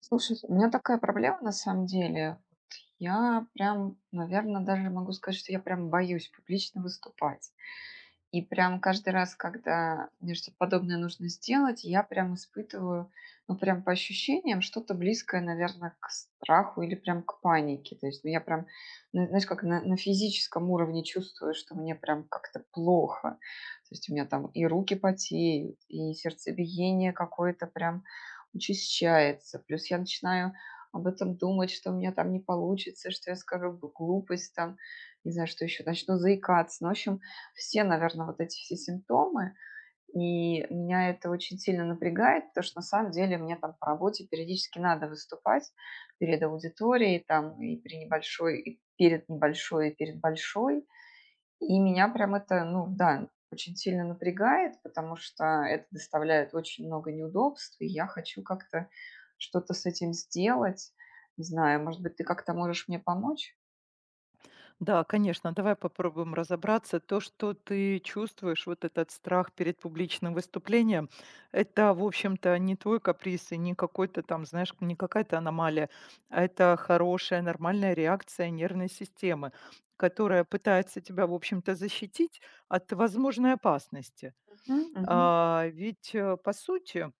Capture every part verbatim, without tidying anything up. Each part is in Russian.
Слушай, у меня такая проблема на самом деле. Я прям, наверное, даже могу сказать, что я прям боюсь публично выступать. И прям каждый раз, когда мне что-то подобное нужно сделать, я прям испытываю, ну, прям по ощущениям, что-то близкое, наверное, к страху или прям к панике. То есть, ну, я прям, на- знаешь, как на, на физическом уровне чувствую, что мне прям как-то плохо. То есть, у меня там и руки потеют, и сердцебиение какое-то прям учащается. Плюс я начинаю об этом думать, что у меня там не получится, что я скажу глупость там, не знаю, что еще, начну заикаться. Ну, в общем, все, наверное, вот эти все симптомы. И меня это очень сильно напрягает, потому что на самом деле мне там по работе периодически надо выступать перед аудиторией, там и при небольшой, и перед небольшой, и перед большой. И меня прям это, ну да, очень сильно напрягает, потому что это доставляет очень много неудобств, и я хочу как-то что-то с этим сделать. Не знаю, может быть, ты как-то можешь мне помочь? Да, конечно, давай попробуем разобраться. То, что ты чувствуешь, вот этот страх перед публичным выступлением, это, в общем-то, не твой каприз и не какой-то там, знаешь, не какая-то аномалия, а это хорошая, нормальная реакция нервной системы, которая пытается тебя, в общем-то, защитить от возможной опасности. Мгм. Мгм. А, ведь, э, по сути,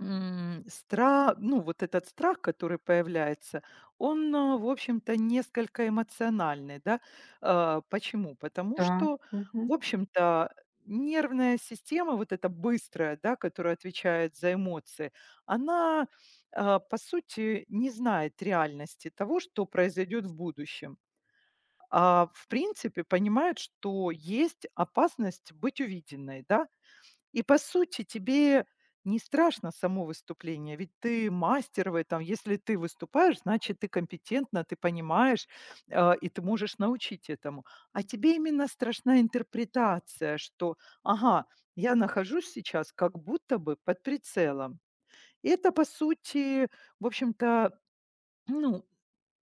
М, стра ну, вот этот страх, который появляется, он, а, в общем-то, несколько эмоциональный, да. А, почему? Потому Да. что, Мгм. в общем-то, нервная система, вот эта быстрая, да, которая отвечает за эмоции, она, а, по сути, не знает реальности того, что произойдет в будущем. А, в принципе, понимает, что есть опасность быть увиденной, да. И по сути тебе не страшно само выступление, ведь ты мастер в этом. Если ты выступаешь, значит ты компетентна, ты понимаешь, э, и ты можешь научить этому. А тебе именно страшна интерпретация, что, ага, я нахожусь сейчас как будто бы под прицелом. И это, по сути, в общем-то, ну,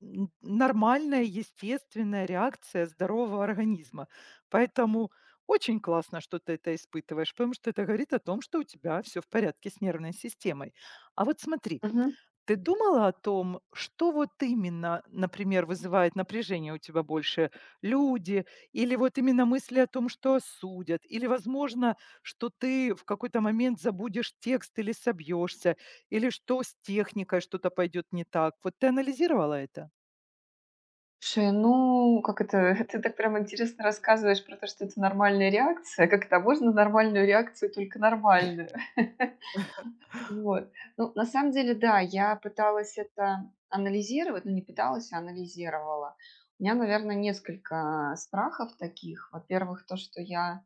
Н нормальная, естественная реакция здорового организма. Поэтому очень классно, что ты это испытываешь, потому что это говорит о том, что у тебя все в порядке с нервной системой. А вот смотри, Мгм. ты думала о том, что вот именно, например, вызывает напряжение у тебя больше? Люди или вот именно мысли о том, что осудят? Или, возможно, что ты в какой-то момент забудешь текст или собьешься? Или что с техникой что-то пойдет не так? Вот ты анализировала это? Слушай, ну, как это, ты так прям интересно рассказываешь про то, что это нормальная реакция. Как это, а можно нормальную реакцию, только нормальную? Вот. Ну, на самом деле, да, я пыталась это анализировать, ну, не пыталась, а анализировала. У меня, наверное, несколько страхов таких. Во-первых, то, что я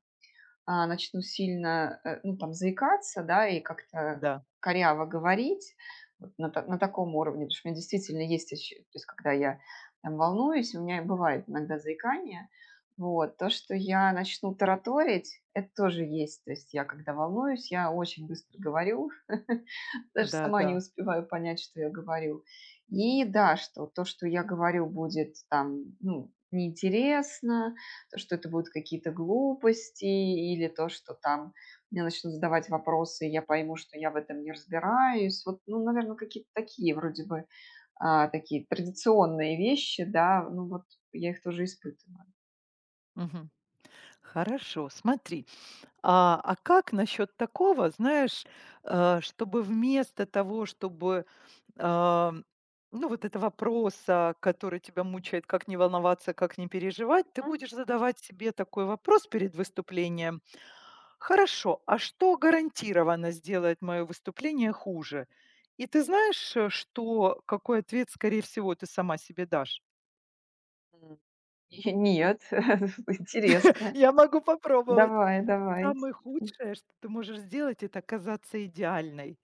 а, начну сильно, э, ну, там, заикаться, да, и как-то Да, коряво говорить, вот на, та- на таком уровне, потому что у меня действительно есть, ощу- то есть, когда я там волнуюсь, у меня бывает иногда заикание, вот, то, что я начну тараторить, это тоже есть, то есть я, когда волнуюсь, я очень быстро говорю, даже да, сама не да. успеваю понять, что я говорю. И да, что то, что я говорю, будет там, ну, неинтересно, то, что это будут какие-то глупости или то, что там мне начнут задавать вопросы, и я пойму, что я в этом не разбираюсь. Вот, ну, наверное, какие-то такие вроде бы а, такие традиционные вещи, да, ну вот я их тоже испытываю. Мгм. Хорошо, смотри. А, а как насчет такого, знаешь, э, чтобы вместо того, чтобы, а, ну, вот этого вопроса, который тебя мучает, как не волноваться, как не переживать, ты Мгм. будешь задавать себе такой вопрос перед выступлением. Хорошо, а что гарантированно сделает мое выступление хуже? И ты знаешь, э, что, какой ответ, скорее всего, ты сама себе дашь? Нет, интересно. Я могу попробовать. Давай, давай. Самое худшее, что ты можешь сделать- это казаться идеальной.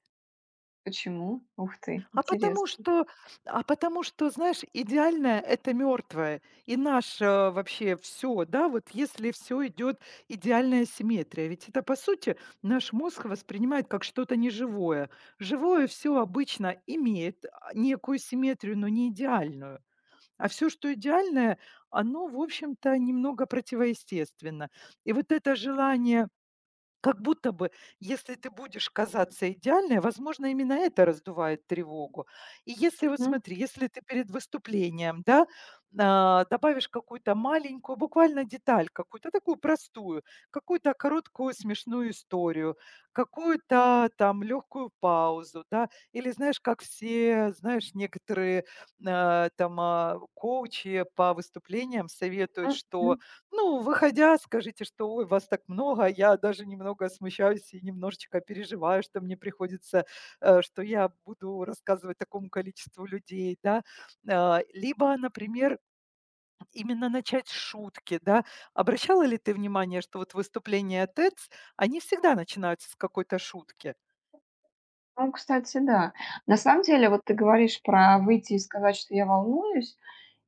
Почему? Ух ты, А потому интересно. что а потому что, знаешь, идеальное- это мертвое, и наше вообще все, да, вот если все идет идеальная симметрия. Ведь это, по сути, наш мозг воспринимает как что-то неживое. Живое все обычно имеет, а, некую симметрию, но не идеальную. А все, что идеальное, оно, в общем-то, немного противоестественно. И вот это желание как будто бы, если ты будешь казаться идеальной, возможно, именно это раздувает тревогу. И если вот Мгм, смотри, если ты перед выступлением, да, а, добавишь какую-то маленькую, буквально деталь, какую-то такую простую, какую-то короткую смешную историю, какую-то там легкую паузу, да, или знаешь, как все, знаешь, некоторые а, там а, коучи по выступлениям советуют, мгм, мгм. что ну, выходя, скажите, что: «Ой, вас так много». а Я даже немного смущаюсь и немножечко переживаю, что мне приходится, э, что я буду рассказывать такому количеству людей, да. А, либо, например, именно начать с шутки, да. Обращала ли ты внимание, что вот выступления TEDx, они всегда начинаются с какой-то шутки? Ну, кстати, да. На самом деле, вот ты говоришь про выйти и сказать, что я волнуюсь,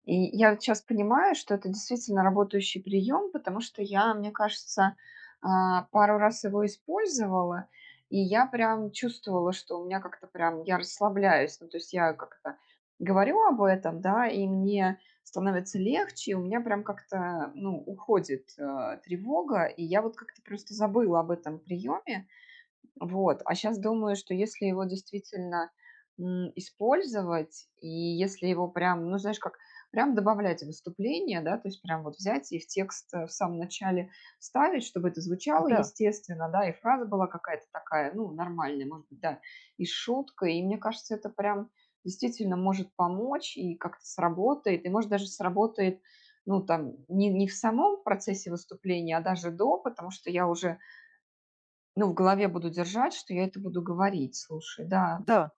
и я вот щас понимаю, что это действительно работающий прием, потому что я, мне кажется, а, пару раз его использовала, и я прям чувствовала, что у меня как-то прям я расслабляюсь. Ну, то есть я как-то говорю об этом, да, и мне становится легче, и у меня прям как-то, ну, уходит, э, тревога, и я вот как-то просто забыла об этом приеме. Вот, а сейчас думаю, что если его действительно, м, использовать, и если его прям, ну, знаешь, как прям добавлять в выступление, да, то есть прям вот взять и в текст, э, в самом начале вставить, чтобы это звучало Да, естественно, да, и фраза была какая-то такая, ну, нормальная, может быть, да, и шутка, и мне кажется, это прям действительно может помочь и как-то сработает, и, может, даже сработает, ну, там, не, не в самом процессе выступления, а даже до, потому что я уже ну, в голове буду держать, что я это буду говорить. Слушай, да, да.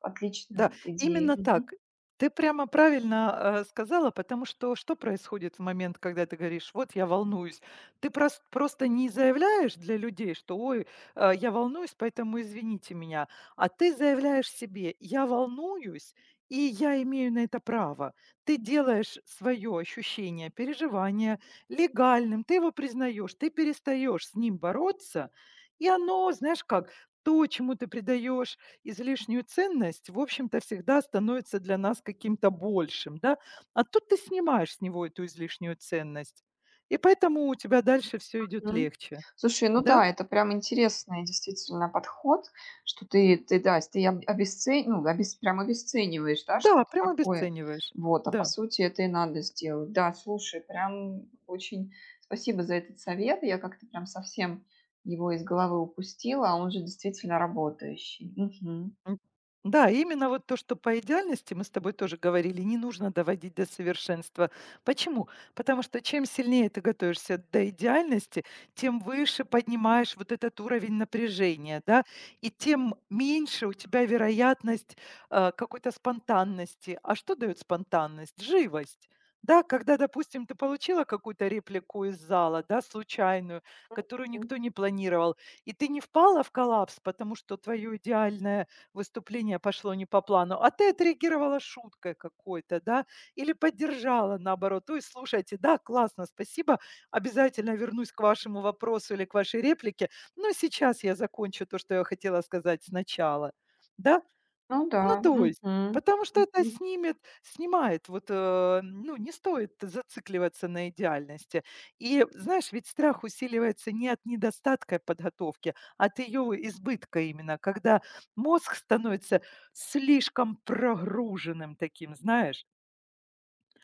Да, отличная идея. именно так. Мгм, Ты прямо правильно, э, сказала, потому что что происходит в момент, когда ты говоришь: «Вот я волнуюсь»? Ты прос просто не заявляешь для людей, что: «Ой, э, я волнуюсь, поэтому извините меня». А ты заявляешь себе: «Я волнуюсь, и я имею на это право». Ты делаешь свое ощущение, переживание легальным, ты его признаешь, ты перестаешь с ним бороться, и оно, знаешь как, то, чему ты придаешь излишнюю ценность, в общем-то, всегда становится для нас каким-то большим, да. А тут ты снимаешь с него эту излишнюю ценность, и поэтому у тебя дальше все идет мгм. легче. Слушай, ну Да, да, это прям интересный действительно подход, что ты ты, да, ты об обесце ну, обес прям обесцениваешь, да, да, что-то прям такое. обесцениваешь. Вот, а по Да. сути это и надо сделать. Да, слушай, прям очень спасибо за этот совет. Я как-то прям совсем его из головы упустила, а он же действительно работающий. Мгм. М, да, именно вот то, что по идеальности, мы с тобой тоже говорили, не нужно доводить до совершенства. Почему? Потому что чем сильнее ты готовишься до идеальности, тем выше поднимаешь вот этот уровень напряжения, да, и тем меньше у тебя вероятность э, какой-то спонтанности. А что дает спонтанность? Живость. Да, когда, допустим, ты получила какую-то реплику из зала, да, случайную, которую Мгм. никто не планировал, и ты не впала в коллапс, потому что твое идеальное выступление пошло не по плану, а ты отреагировала шуткой какой-то, да, или поддержала наоборот. Ой, слушайте, да, классно, спасибо, обязательно вернусь к вашему вопросу или к вашей реплике, но сейчас я закончу то, что я хотела сказать сначала. Да? Ну да. Ну, то есть, Мгм. потому что это Мгм. снимет снимает вот, э, ну, не стоит зацикливаться на идеальности. И знаешь, ведь страх усиливается не от недостатка подготовки, а от ее избытка именно, когда мозг становится слишком прогруженным таким, знаешь.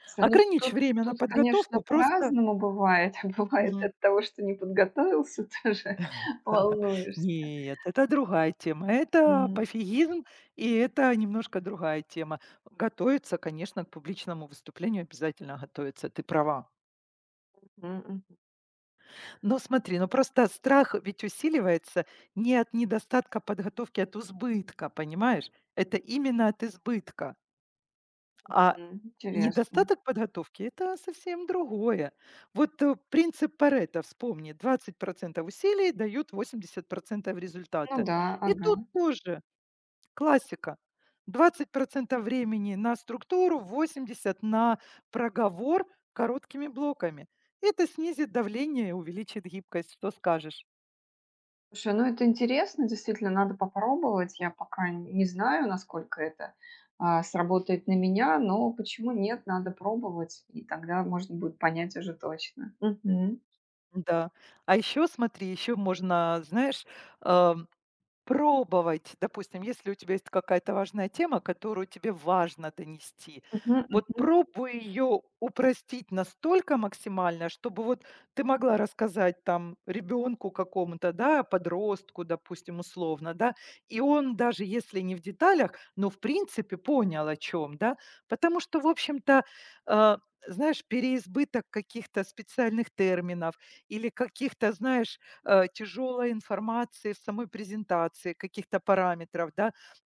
Слушай, ну Ограничь тут время на тут, конечно, подготовку просто. по-разному бывает. Бывает Мгм. от того, что не подготовился, тоже волнуешься. Нет, это другая тема. Это М, пофигизм, и это немножко другая тема. Готовиться, конечно, к публичному выступлению обязательно готовиться, ты права. мгм, Но смотри, ну просто страх ведь усиливается не от недостатка подготовки, а от избытка, понимаешь? Это именно от избытка. А мгм. Интересно. недостаток подготовки– это совсем другое. Вот э, принцип Паретта, вспомни, двадцать процентов усилий дают восемьдесят процентов Ну результата. да, И ага. тут тоже классика. Двадцать процентов времени на структуру, восемьдесят на проговор короткими блоками. Это снизит давление и увеличит гибкость. Что скажешь? Слушай, ну это интересно, действительно, надо попробовать. Я пока н- не знаю, насколько это а, сработает на меня, но почему нет, надо пробовать, и тогда можно будет понять уже точно. Мгм. Да. А еще смотри, еще можно, знаешь, э, пробовать. Допустим, если у тебя есть какая-то важная тема, которую тебе важно донести, Мгм, вот мгм, пробуй ее упростить настолько максимально, чтобы вот ты могла рассказать там ребенку какому-то, да, подростку, допустим, условно, да, и он даже если не в деталях, но в принципе понял о чем, да, потому что, в общем-то, э, знаешь, переизбыток каких-то специальных терминов или каких-то, знаешь, э, тяжелой информации в самой презентации, каких-то параметров, да,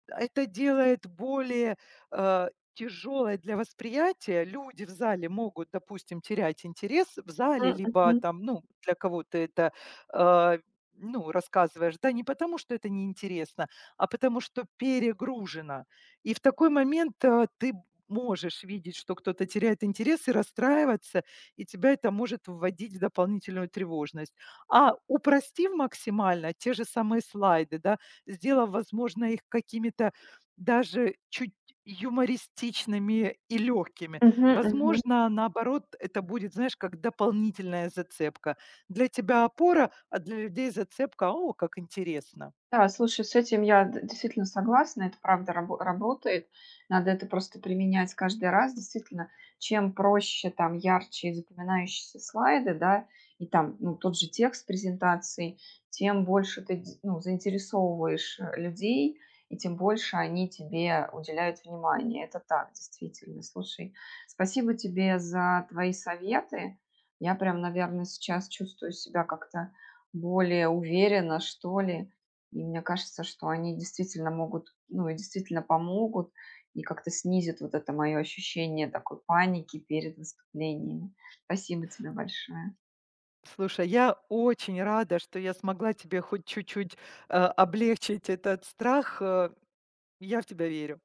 это делает более, э, тяжелой для восприятия. Люди в зале могут, допустим, терять интерес в зале, м, либо мгм. там, ну, для кого-то это, э, ну, рассказываешь, да, не потому, что это неинтересно, а потому, что перегружено. И в такой момент, э, ты можешь видеть, что кто-то теряет интерес и расстраиваться, и тебя это может вводить в дополнительную тревожность. А упростив максимально те же самые слайды, да, сделав, возможно, их какими-то даже чуть юмористичными и легкими. Мгм, мгм. Возможно, наоборот, это будет, знаешь, как дополнительная зацепка. Для тебя опора, а для людей зацепка. О, как интересно. Да, слушай, с этим я д действительно согласна. Это правда рабо работает. Надо это просто применять каждый раз. Действительно, чем проще, там, ярче и запоминающиеся слайды, да, и там, ну, тот же текст презентации, тем больше ты дз ну, заинтересовываешь, э, людей, и тем больше они тебе уделяют внимание. Это так, действительно. Слушай, спасибо тебе за твои советы. Я прям, наверное, сейчас чувствую себя как-то более уверенно, что ли. И мне кажется, что они действительно могут, ну, и действительно помогут и как-то снизят вот это мое ощущение такой паники перед выступлениями. Спасибо тебе большое. Слушай, я очень рада, что я смогла тебе хоть чуть-чуть, э, облегчить этот страх, э. Я в тебя верю.